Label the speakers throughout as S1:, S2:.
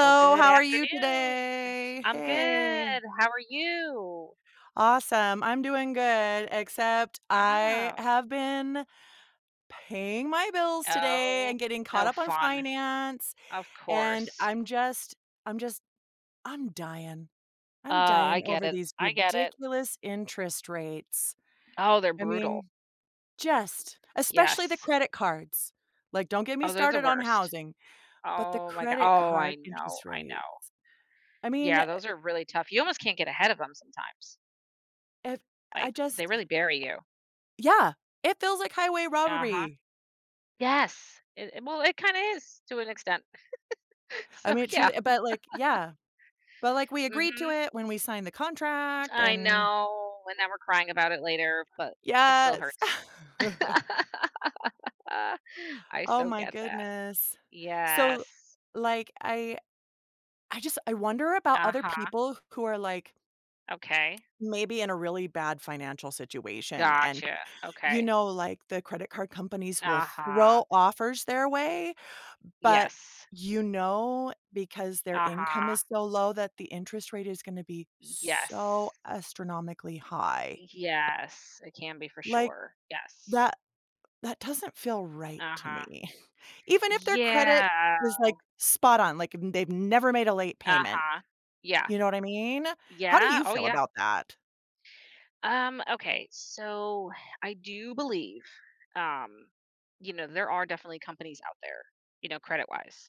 S1: Well, good
S2: how are you
S1: afternoon.
S2: today?
S1: I'm
S2: Hey.
S1: good. How are you?
S2: Awesome. I'm doing good, except I
S1: Ah.
S2: have been paying my bills today
S1: Oh,
S2: and getting caught
S1: oh,
S2: up on
S1: fun.
S2: finance,
S1: Of
S2: and
S1: course.
S2: I'm just I'm dying. I'm
S1: I
S2: dying
S1: get
S2: over
S1: it.
S2: these
S1: I get it.
S2: ridiculous interest rates.
S1: Oh, they're
S2: I
S1: brutal.
S2: mean, just especially the
S1: Yes.
S2: credit cards. Like, don't get me
S1: Oh, they're the
S2: started on
S1: worst.
S2: housing, but the
S1: Oh my God.
S2: credit
S1: Oh, I
S2: card
S1: know.
S2: interest
S1: I
S2: rate.
S1: know.
S2: I
S1: Yeah,
S2: mean,
S1: those are really tough. You almost can't get ahead of them sometimes.
S2: if I
S1: Like they
S2: just
S1: really bury you.
S2: Yeah, it feels like highway
S1: Uh huh.
S2: robbery.
S1: Yes. Well, it kind of is to an extent.
S2: I
S1: So
S2: mean, it
S1: yeah.
S2: truly but, like, yeah, but, like, we agreed
S1: Hmm.
S2: to it when we signed the contract
S1: I
S2: and
S1: know, and now we're crying about it later, but it still
S2: yes.
S1: hurts. I
S2: Oh
S1: so
S2: my
S1: get that.
S2: goodness. So,
S1: Yes.
S2: like, I just I wonder about other
S1: Uh-huh.
S2: people who are, like,
S1: Okay.
S2: maybe in a really bad financial situation and,
S1: Gotcha.
S2: you
S1: Okay.
S2: know, like, the credit card companies will
S1: Uh-huh.
S2: throw offers their way. But,
S1: Yes.
S2: you know, because their income
S1: Uh-huh.
S2: is so low that the interest rate is gonna be so
S1: Yes.
S2: astronomically high.
S1: Yes. It can be for
S2: Like,
S1: sure. Yes.
S2: that that doesn't feel right to
S1: Uh-huh.
S2: me. Even if their credit
S1: Yeah.
S2: is, like, spot on, like, n they've never made a late payment,
S1: Uh-huh. Yeah.
S2: you know what I mean? How do
S1: Yeah.
S2: you
S1: Oh,
S2: feel
S1: yeah.
S2: about that?
S1: Okay, so I do believe, um, you know, there are definitely companies out there, you know, credit wise,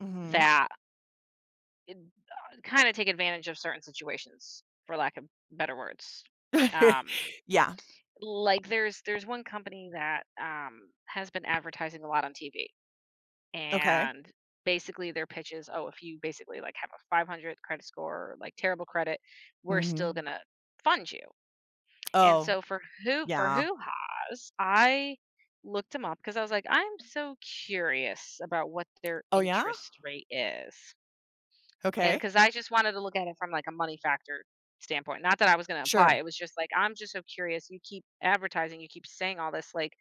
S2: Mhm.
S1: that eh, kind of take advantage of certain situations, for lack of better words. Um,
S2: Yeah.
S1: like there's one company that has been advertising a lot on TV,
S2: Okay.
S1: and basically their pitch is, oh, if you basically like have a 500 credit score, like terrible credit, we're still
S2: Mhm.
S1: gonna fund you. And
S2: Oh,
S1: so for
S2: yeah.
S1: who has I looked them up because I was like, I'm so curious about what their
S2: Oh, yeah?
S1: interest rate is. And
S2: Okay.
S1: because I just wanted to look at it from like a money factor standpoint. Not that I was going to apply.
S2: Sure.
S1: It was just like, I'm just so curious. You keep advertising, you keep saying all this. Like,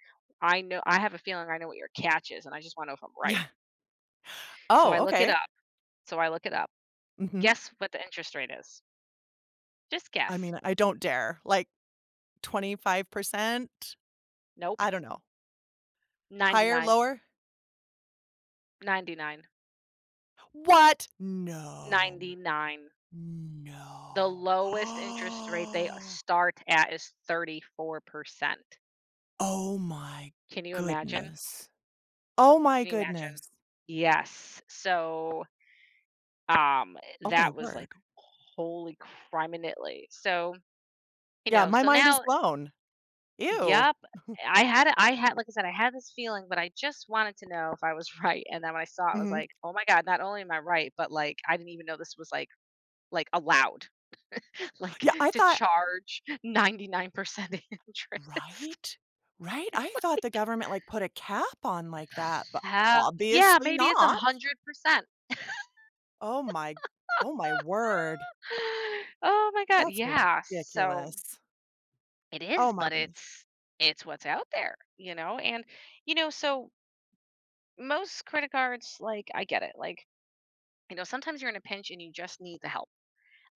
S1: I know, I have a feeling I know what your catch is, and I just want to know if I'm right.
S2: Yeah.
S1: So
S2: Oh,
S1: I look it
S2: okay.
S1: up. So I look it up.
S2: Mhm.
S1: Guess what the interest rate is? Just
S2: I
S1: guess.
S2: mean, I don't dare. Like, 25%?
S1: Nope.
S2: I don't know. Higher?
S1: 99,
S2: Lower?
S1: 99,
S2: What? No.
S1: 99. The
S2: No.
S1: lowest interest rate they start at is 34%.
S2: Oh my
S1: Can you imagine?
S2: goodness. Oh my
S1: Can you imagine?
S2: goodness.
S1: Yes. So, um,
S2: Oh my
S1: that was like,
S2: word.
S1: holy criminally. So, you
S2: Yeah,
S1: know,
S2: my
S1: so
S2: mind is
S1: now
S2: blown. Ew.
S1: yep, I had like I said, I had this feeling, but I just wanted to know if I was right, and then when I saw it, I was
S2: Mhm.
S1: like, "Oh my god, not only am I right, but, like, I didn't even know this was, like, allowed, like,
S2: Yeah, I
S1: to
S2: thought
S1: charge 99% interest."
S2: right? Right? I thought the government, like, put a cap on like that, but
S1: Ha yeah,
S2: obviously
S1: maybe it's
S2: not.
S1: 100%.
S2: Oh my oh my word.
S1: Oh my god,
S2: That's
S1: yeah, so
S2: ridiculous.
S1: it
S2: Oh
S1: is,
S2: my
S1: but
S2: goodness.
S1: it's what's out there, you know? And you know, so most credit cards, like I get it. Like, you know, sometimes you're in a pinch and you just need the help.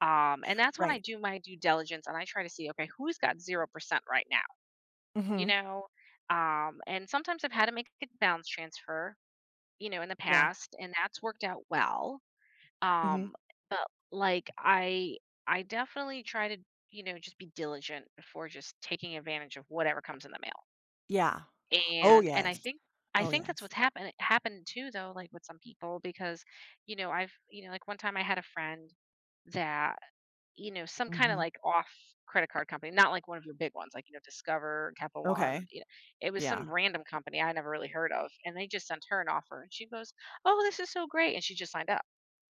S1: And that's when I
S2: Right.
S1: do my due diligence and I try to see, okay, who's got 0% right now, you
S2: Mhm.
S1: know? And sometimes I've had to make a balance transfer, you know, in the
S2: Yeah.
S1: past, and that's worked out well.
S2: Mhm.
S1: Um, but like I definitely try to, you know, just be diligent before just taking advantage of whatever comes in the mail.
S2: Yeah. Oh,
S1: And
S2: yes.
S1: I
S2: Oh,
S1: think that's
S2: yes.
S1: what's happened too though, like with some people because, you know, I've you know, like one time I had a friend that, you know, some kind of
S2: Mhm.
S1: like off credit card company, not like one of your big ones, like, you know, Discover, Capital One,
S2: Okay.
S1: you know, it was some
S2: Yeah.
S1: random company I never really heard of. And they just sent her an offer and she goes, oh, this is so great. And she just signed up.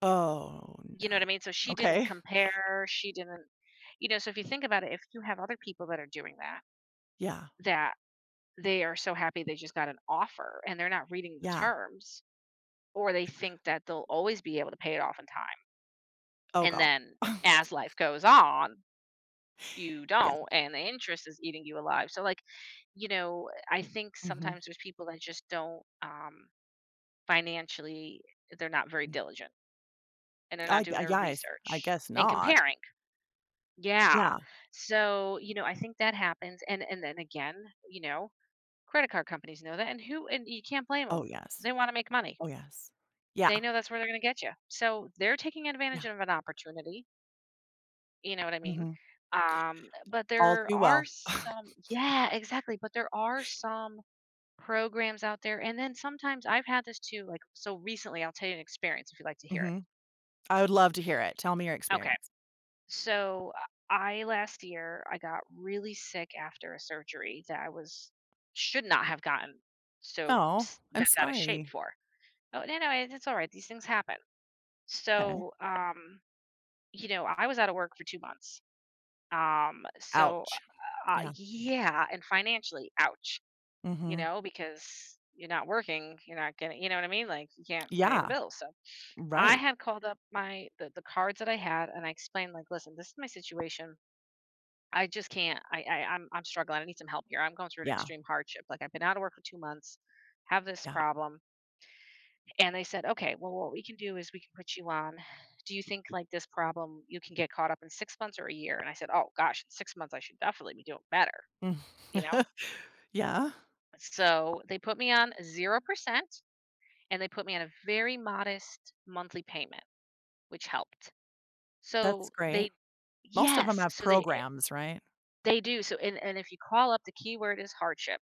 S2: Oh,
S1: You know what
S2: no.
S1: I mean? So she didn't
S2: Okay.
S1: compare, she didn't, you know, so if you think about it, if you have other people that are doing that,
S2: Yeah.
S1: that they are so happy they just got an offer and they're not reading the
S2: Yeah.
S1: terms, or they think that they'll always be able to pay it off in time.
S2: Oh,
S1: And
S2: god.
S1: then as life goes on, you
S2: Yeah.
S1: don't, and the interest is eating you alive. So, like, you know, I think
S2: Mhm.
S1: sometimes there's people that just don't financially, they're not very
S2: Mm.
S1: diligent and they're not
S2: I
S1: doing
S2: I
S1: their
S2: guess I
S1: research
S2: guess
S1: and
S2: not.
S1: comparing. Yeah.
S2: Yeah.
S1: So, you know, I think that happens and then again, you know, credit card companies know that and who and you can't blame
S2: Oh,
S1: them.
S2: yes.
S1: They want to make money.
S2: Oh, yes. Yeah.
S1: They know that's where they're going to get you. So, they're taking advantage
S2: Yeah.
S1: of an opportunity, you know what I mean?
S2: Mhm.
S1: But
S2: All
S1: there
S2: too
S1: are
S2: well.
S1: some yeah, exactly, but there are some programs out there and then sometimes I've had this too like so recently I'll tell you an experience if you'd like to hear it.
S2: Mhm. I would love to hear it. Tell me your
S1: Okay.
S2: experience.
S1: So I last year I got really sick after a surgery that I was should not have gotten
S2: Oh, I'm
S1: bent out of shape
S2: sorry.
S1: for. Oh no, no, it's all right. These things happen.
S2: Sorry. Okay.
S1: So you know, I was out of work for 2 months. So
S2: Ouch. Yeah.
S1: yeah, and financially, ouch. You
S2: Mhm.
S1: know, because you're not working, you're not getting. You know what I mean? Like you can't pay the
S2: Yeah,
S1: bills. So I
S2: right.
S1: had called up the cards that I had, and I explained like, listen, this is my situation. I just can't. I'm struggling. I need some help here. I'm going through an
S2: Yeah,
S1: extreme hardship. Like I've been out of work for 2 months, have this
S2: yeah.
S1: problem. And they said, okay, well, what we can do is we can put you on. Do you think like this problem you can get caught up in 6 months or a year? And I said, oh gosh, in 6 months I should definitely be doing better.
S2: Mm.
S1: You know.
S2: Yeah,
S1: So they put me on 0%, and they put me on a very modest monthly payment, which helped.
S2: that's
S1: So
S2: great.
S1: they,
S2: Most of them
S1: yes,
S2: have
S1: so they
S2: programs, right?
S1: they do. So and if you call up, the keyword is hardship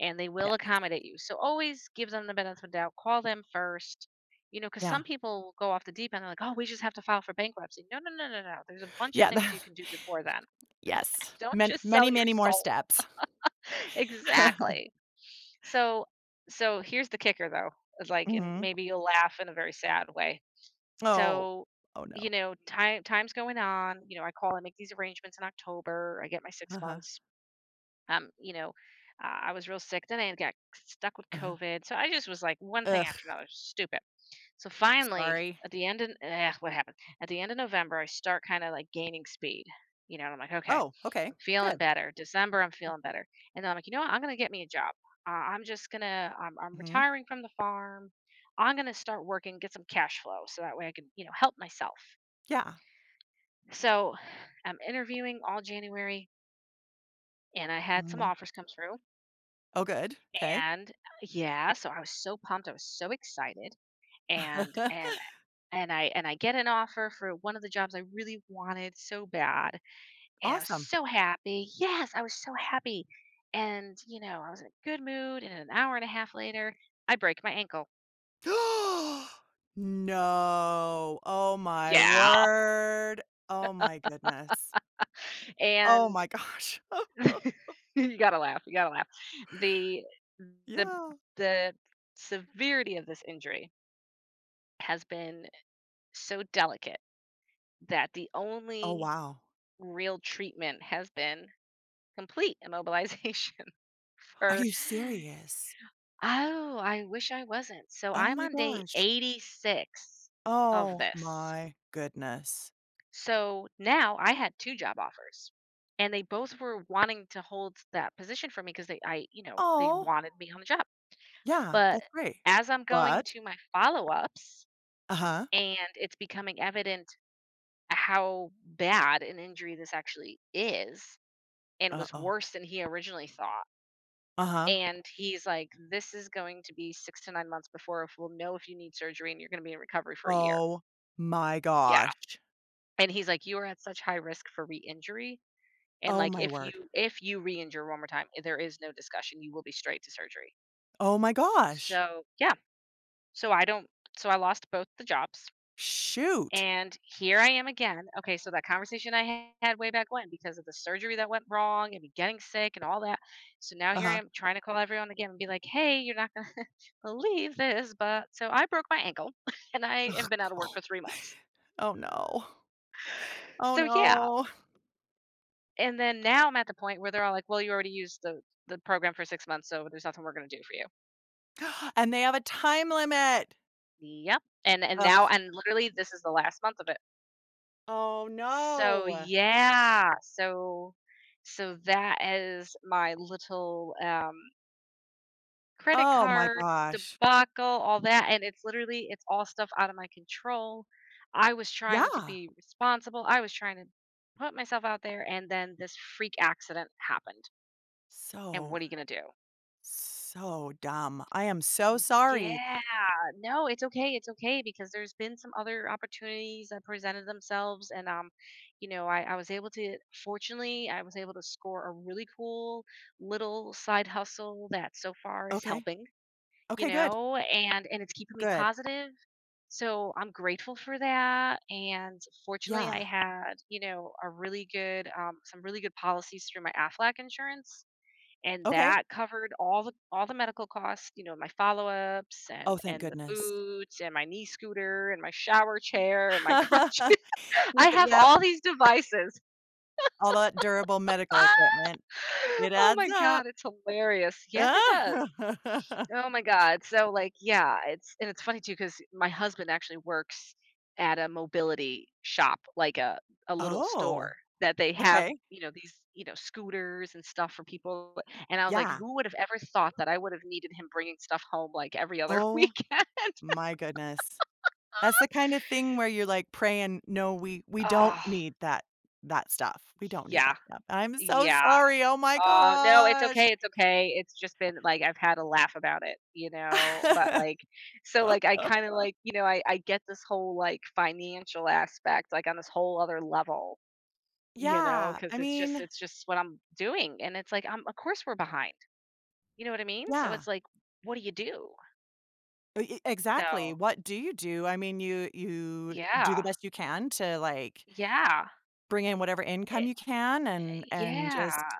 S1: and they will
S2: Yeah,
S1: accommodate you. So always give them the benefit of the doubt. Call them first. You know, because
S2: yeah.
S1: some people will go off the deep end. They're like, oh, we just have to file for bankruptcy. No, no, no, no, no. There's a bunch of
S2: Yeah,
S1: things you
S2: that,
S1: can do before then.
S2: yes.
S1: Don't
S2: Many
S1: just sell
S2: many,
S1: your
S2: many more
S1: soul.
S2: steps.
S1: Exactly. So, here's the kicker though. It's like, and
S2: Mhm.
S1: maybe you'll laugh in a very sad way.
S2: Oh.
S1: So,
S2: Oh,
S1: you
S2: no.
S1: know, time's going on. You know, I call. I make these arrangements in October. I get my six
S2: Uh-huh,
S1: months You know, I was real sick. Then I got stuck with
S2: uh-huh.
S1: COVID. So I just was like one thing
S2: Ugh,
S1: after another, stupid. So finally,
S2: sorry.
S1: at the end of what happened? At the end of November, I start kind of like gaining speed. You know, and I'm like, okay,
S2: Oh, okay,
S1: I'm feeling
S2: good.
S1: better. December, I'm feeling better. And then I'm like, you know what? I'm gonna get me a job. I'm just gonna. I'm
S2: Mhm.
S1: retiring from the farm. I'm gonna start working, get some cash flow, so that way I can, you know, help myself.
S2: Yeah.
S1: So I'm interviewing all January, and I had some
S2: Mhm.
S1: offers come through.
S2: Oh, good. Okay.
S1: And yeah, so I was so pumped, I was so excited. And and and I get an offer for one of the jobs I really wanted so bad. And I was
S2: Awesome.
S1: so happy. Yes, I was so happy. And you know, I was in a good mood and an hour and a half later, I break my ankle.
S2: No. Oh my
S1: Yeah.
S2: word. Oh my goodness. Oh
S1: And
S2: my gosh.
S1: you got to laugh. You got to laugh. The the
S2: Yeah.
S1: the severity of this injury has been so delicate that the
S2: Oh,
S1: only
S2: wow.
S1: real treatment has been complete immobilization
S2: Are
S1: for
S2: you serious?
S1: oh, I wish I wasn't. So
S2: Oh
S1: I'm
S2: my
S1: on day
S2: gosh.
S1: 86 of
S2: Oh
S1: this.
S2: my goodness.
S1: So now I had two job offers and they both were wanting to hold that position for me because they I, you know, they
S2: Oh,
S1: wanted me on the job.
S2: yeah,
S1: But
S2: that's great.
S1: as I'm going
S2: But
S1: to my follow-ups
S2: uh-huh.
S1: and it's becoming evident how bad an injury this actually is and was
S2: Uh-oh.
S1: worse than he originally thought.
S2: Uh-huh.
S1: And he's like, "This is going to be 6 to 9 months before if we'll know if you need surgery and you're gonna be in recovery for a year."
S2: Oh my
S1: Yeah.
S2: gosh.
S1: And he's like, "You are at such high risk for re-injury, and,
S2: Oh
S1: like,
S2: my word.
S1: if you re-injure one more time, there is no discussion, you will be straight to surgery."
S2: Oh my gosh.
S1: So, yeah. So I don't so I lost both the jobs,
S2: Shoot.
S1: and here I am again. Okay, so that conversation I had way back when because of the surgery that went wrong and me getting sick and all that. So now here I
S2: Uh-huh.
S1: am trying to call everyone again and be like, "Hey, you're not believe this, but so I broke my ankle and I have been out of work for
S2: Oh
S1: 3 months."
S2: oh no. Oh
S1: So yeah.
S2: no.
S1: And then now I'm at the point where they're all like, "Well, you already used the program for 6 months, so there's nothing we're gonna do for you."
S2: And they have a time limit.
S1: Yep. And now
S2: Ugh.
S1: and literally this is the last month of it.
S2: Oh,
S1: So
S2: no.
S1: yeah. So that is my little credit
S2: Oh my
S1: card
S2: gosh.
S1: debacle, all that, and it's literally it's all stuff out of my control. I was trying to
S2: Yeah.
S1: be responsible. I was trying to put myself out there, and then this freak accident happened. And
S2: So,
S1: what are you going to do?
S2: so dumb. I am so sorry.
S1: Yeah. No, it's okay. It's okay, because there's been some other opportunities that presented themselves. And I was able to, fortunately, I was able to score a really cool little side hustle that so far is
S2: Okay.
S1: helping,
S2: Okay, good.
S1: and it's keeping me
S2: Good.
S1: positive. So I'm grateful for that. And fortunately,
S2: Yeah.
S1: I had, a really good, some really good policies through my AFLAC insurance. And
S2: Okay.
S1: that covered all the medical costs, you know, my follow-ups
S2: Oh, thank
S1: and the
S2: goodness.
S1: boots and my knee scooter and my shower chair and my crutches. I
S2: Just
S1: have
S2: yep,
S1: all these devices.
S2: all that durable medical equipment. It
S1: Oh
S2: adds
S1: my
S2: up.
S1: god, it's hilarious. Yes, it does. Oh my god. So like, yeah, it's, and it's funny too, because my husband actually works at a mobility shop, like a little store
S2: Oh,
S1: that they have,
S2: okay.
S1: you know, these, you know, scooters and stuff for people. And I was like,
S2: Yeah.
S1: who would have ever thought that I would have needed him bringing stuff home like every other
S2: Oh
S1: weekend?
S2: my goodness. That's the kind of thing where you're, like, praying, "No, we don't
S1: Oh,
S2: need that that stuff. We don't need
S1: yeah.
S2: that stuff. I'm so
S1: Yeah.
S2: sorry. Oh my
S1: Oh, no, it's
S2: gosh."
S1: okay, it's okay. It's just been, like, I've had a laugh about it, you know? But, like, so, like, I kinda, like, I get this whole, like, financial aspect, like, on this whole other level, you know,
S2: Yeah,
S1: because
S2: I mean,
S1: it's just what I'm doing, and it's like, I'm, of course we're behind, you know what I mean? So
S2: yeah.
S1: it's like, what do you do?
S2: E e exactly.
S1: So,
S2: What do you do? I mean, you do the
S1: yeah.
S2: best you can to, like,
S1: Yeah.
S2: bring in whatever income
S1: Eh,
S2: you can and
S1: yeah.
S2: just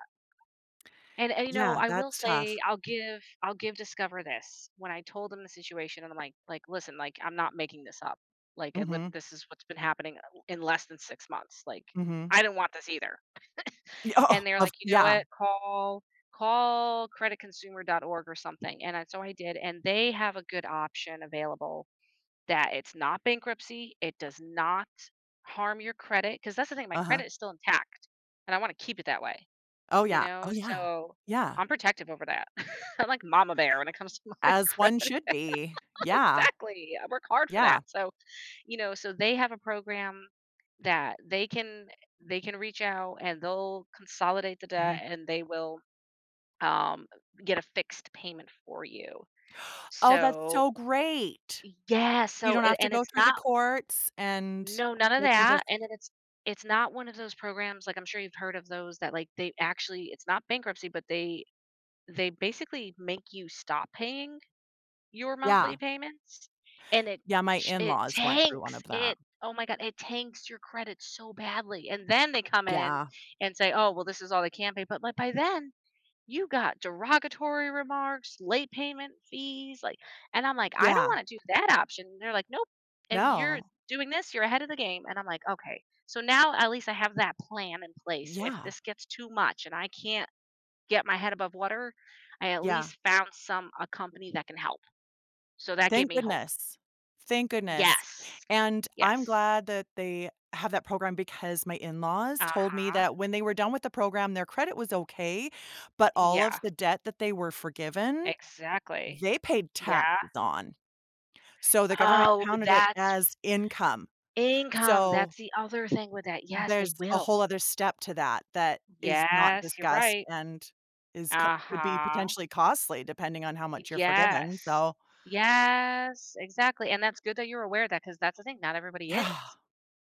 S1: And, you know,
S2: yeah,
S1: I will
S2: that's
S1: say,
S2: tough.
S1: I'll give Discover this. When I told him the situation and I'm like, "Listen, like, I'm not making this up. Like, I lit
S2: Mhm,
S1: this is what's been happening in less than 6 months. Like,
S2: mhm.
S1: I didn't want this either."
S2: Yeah,
S1: And
S2: oh,
S1: they're
S2: of
S1: like, "You know
S2: yeah.
S1: what? Call creditconsumer.org or something." And I so I did, and they have a good option available that it's not bankruptcy, it does not harm your credit, because that's the thing, my
S2: Uh-huh.
S1: credit is still intact, and I wanna keep it that way.
S2: Oh,
S1: You
S2: yeah.
S1: know,
S2: Oh, yeah.
S1: so
S2: Yeah.
S1: I'm protective over that. I'm like mama bear when it comes to my
S2: As one
S1: credit.
S2: should be. Yeah,
S1: Exactly. I work hard for that.
S2: yeah.
S1: So, you know, so they have a program that they can reach out and they'll consolidate the
S2: Mhm.
S1: debt, and they will um get a fixed payment for you.
S2: Oh, that's
S1: So,
S2: so great.
S1: yeah,
S2: You
S1: so
S2: don't have
S1: a-
S2: to
S1: and
S2: go
S1: it's
S2: through the
S1: not,
S2: courts and
S1: no, none of
S2: they can
S1: that.
S2: just
S1: And then it's not one of those programs, like I'm sure you've heard of those, that, like, they actually, it's not bankruptcy, but they basically make you stop paying your monthly
S2: yeah.
S1: payments, and it
S2: Yeah, my
S1: sh- it
S2: in-laws went through one
S1: tanks
S2: of
S1: it,
S2: that.
S1: oh my god, it tanks your credit so badly, and then they come in
S2: Yeah.
S1: and say, "Oh well, this is all they can pay," but like, by then you got derogatory remarks, late payment fees, like, and I'm like, I
S2: Yeah.
S1: don't want to do that option. And they're like, "Nope, if you're
S2: No.
S1: doing this, you're ahead of the game." And I'm like, okay. So now at least I have that plan in place if
S2: Yeah.
S1: this gets too much and I can't get my head above water, I at
S2: Yeah.
S1: least found some a company that can help. So that gave
S2: Thank
S1: me hope.
S2: goodness. Thank goodness.
S1: Yes.
S2: And I'm
S1: Yes.
S2: glad that they have that program because my in-laws told me
S1: Uh-huh.
S2: that when they were done with the program, their credit was okay, but all of
S1: Yeah,
S2: the debt that they were forgiven,
S1: exactly.
S2: they paid
S1: Yeah.
S2: taxes on. So the government
S1: Oh,
S2: counted it
S1: that's
S2: as income.
S1: income. That's
S2: So
S1: the other thing with that. Yes, they
S2: there's a
S1: will.
S2: whole other step to that that is not
S1: Yes, you're
S2: discussed
S1: right.
S2: and is co could be
S1: Uh-huh.
S2: potentially costly depending on how much you're forgiven,
S1: Yes.
S2: so
S1: Yes, exactly. And that's good that you're aware of that, because that's the thing. Not everybody
S2: yeah.
S1: is.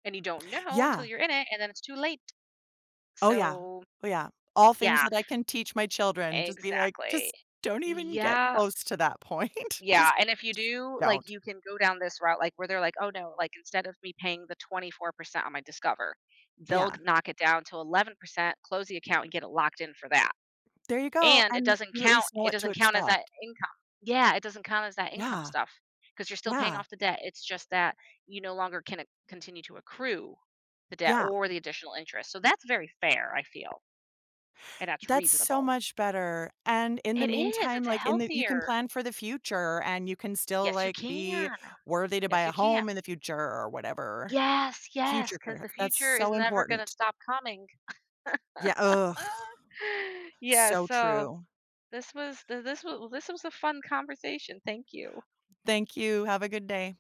S1: And you don't know until
S2: Yeah.
S1: you're in it, and then it's too late.
S2: Oh, yeah.
S1: So,
S2: Oh, yeah. All things
S1: yeah.
S2: that I can teach my children, just be like,
S1: Exactly.
S2: "Just don't even get
S1: Yeah,
S2: close to that point.
S1: yeah,
S2: Just
S1: and if you do, like,
S2: don't."
S1: you can go down this route, like, where they're like, "Oh, no," like, instead of me paying the 24% on my Discover, they'll
S2: Yeah.
S1: knock it down to 11%, close the account, and get it locked in for that,
S2: There you go,
S1: and it
S2: and
S1: doesn't
S2: you at
S1: count
S2: least know
S1: it
S2: what to
S1: doesn't count as that
S2: expect.
S1: income. Yeah, it doesn't count as that income
S2: Yeah.
S1: stuff because 'cause you're still paying
S2: Yeah.
S1: off the debt, it's just that you no longer can ac continue to accrue the debt
S2: Yeah.
S1: or the additional interest, so that's very fair, I feel, and that's
S2: That's so
S1: reasonable.
S2: much better, and in the
S1: It is,
S2: meantime,
S1: it's a
S2: like, in the you can
S1: healthier
S2: plan for the future, and you can still,
S1: Yes, you
S2: like, be
S1: can.
S2: worthy to buy
S1: Yes, you
S2: a
S1: can.
S2: home in the future or whatever.
S1: Yes, yes,
S2: Future
S1: because
S2: credit.
S1: the
S2: That's
S1: future is
S2: so
S1: never gonna
S2: important.
S1: stop coming.
S2: Yeah, ugh,
S1: Yeah,
S2: so
S1: so
S2: true.
S1: this was th this was a fun conversation. Thank you.
S2: Thank you, have a good day.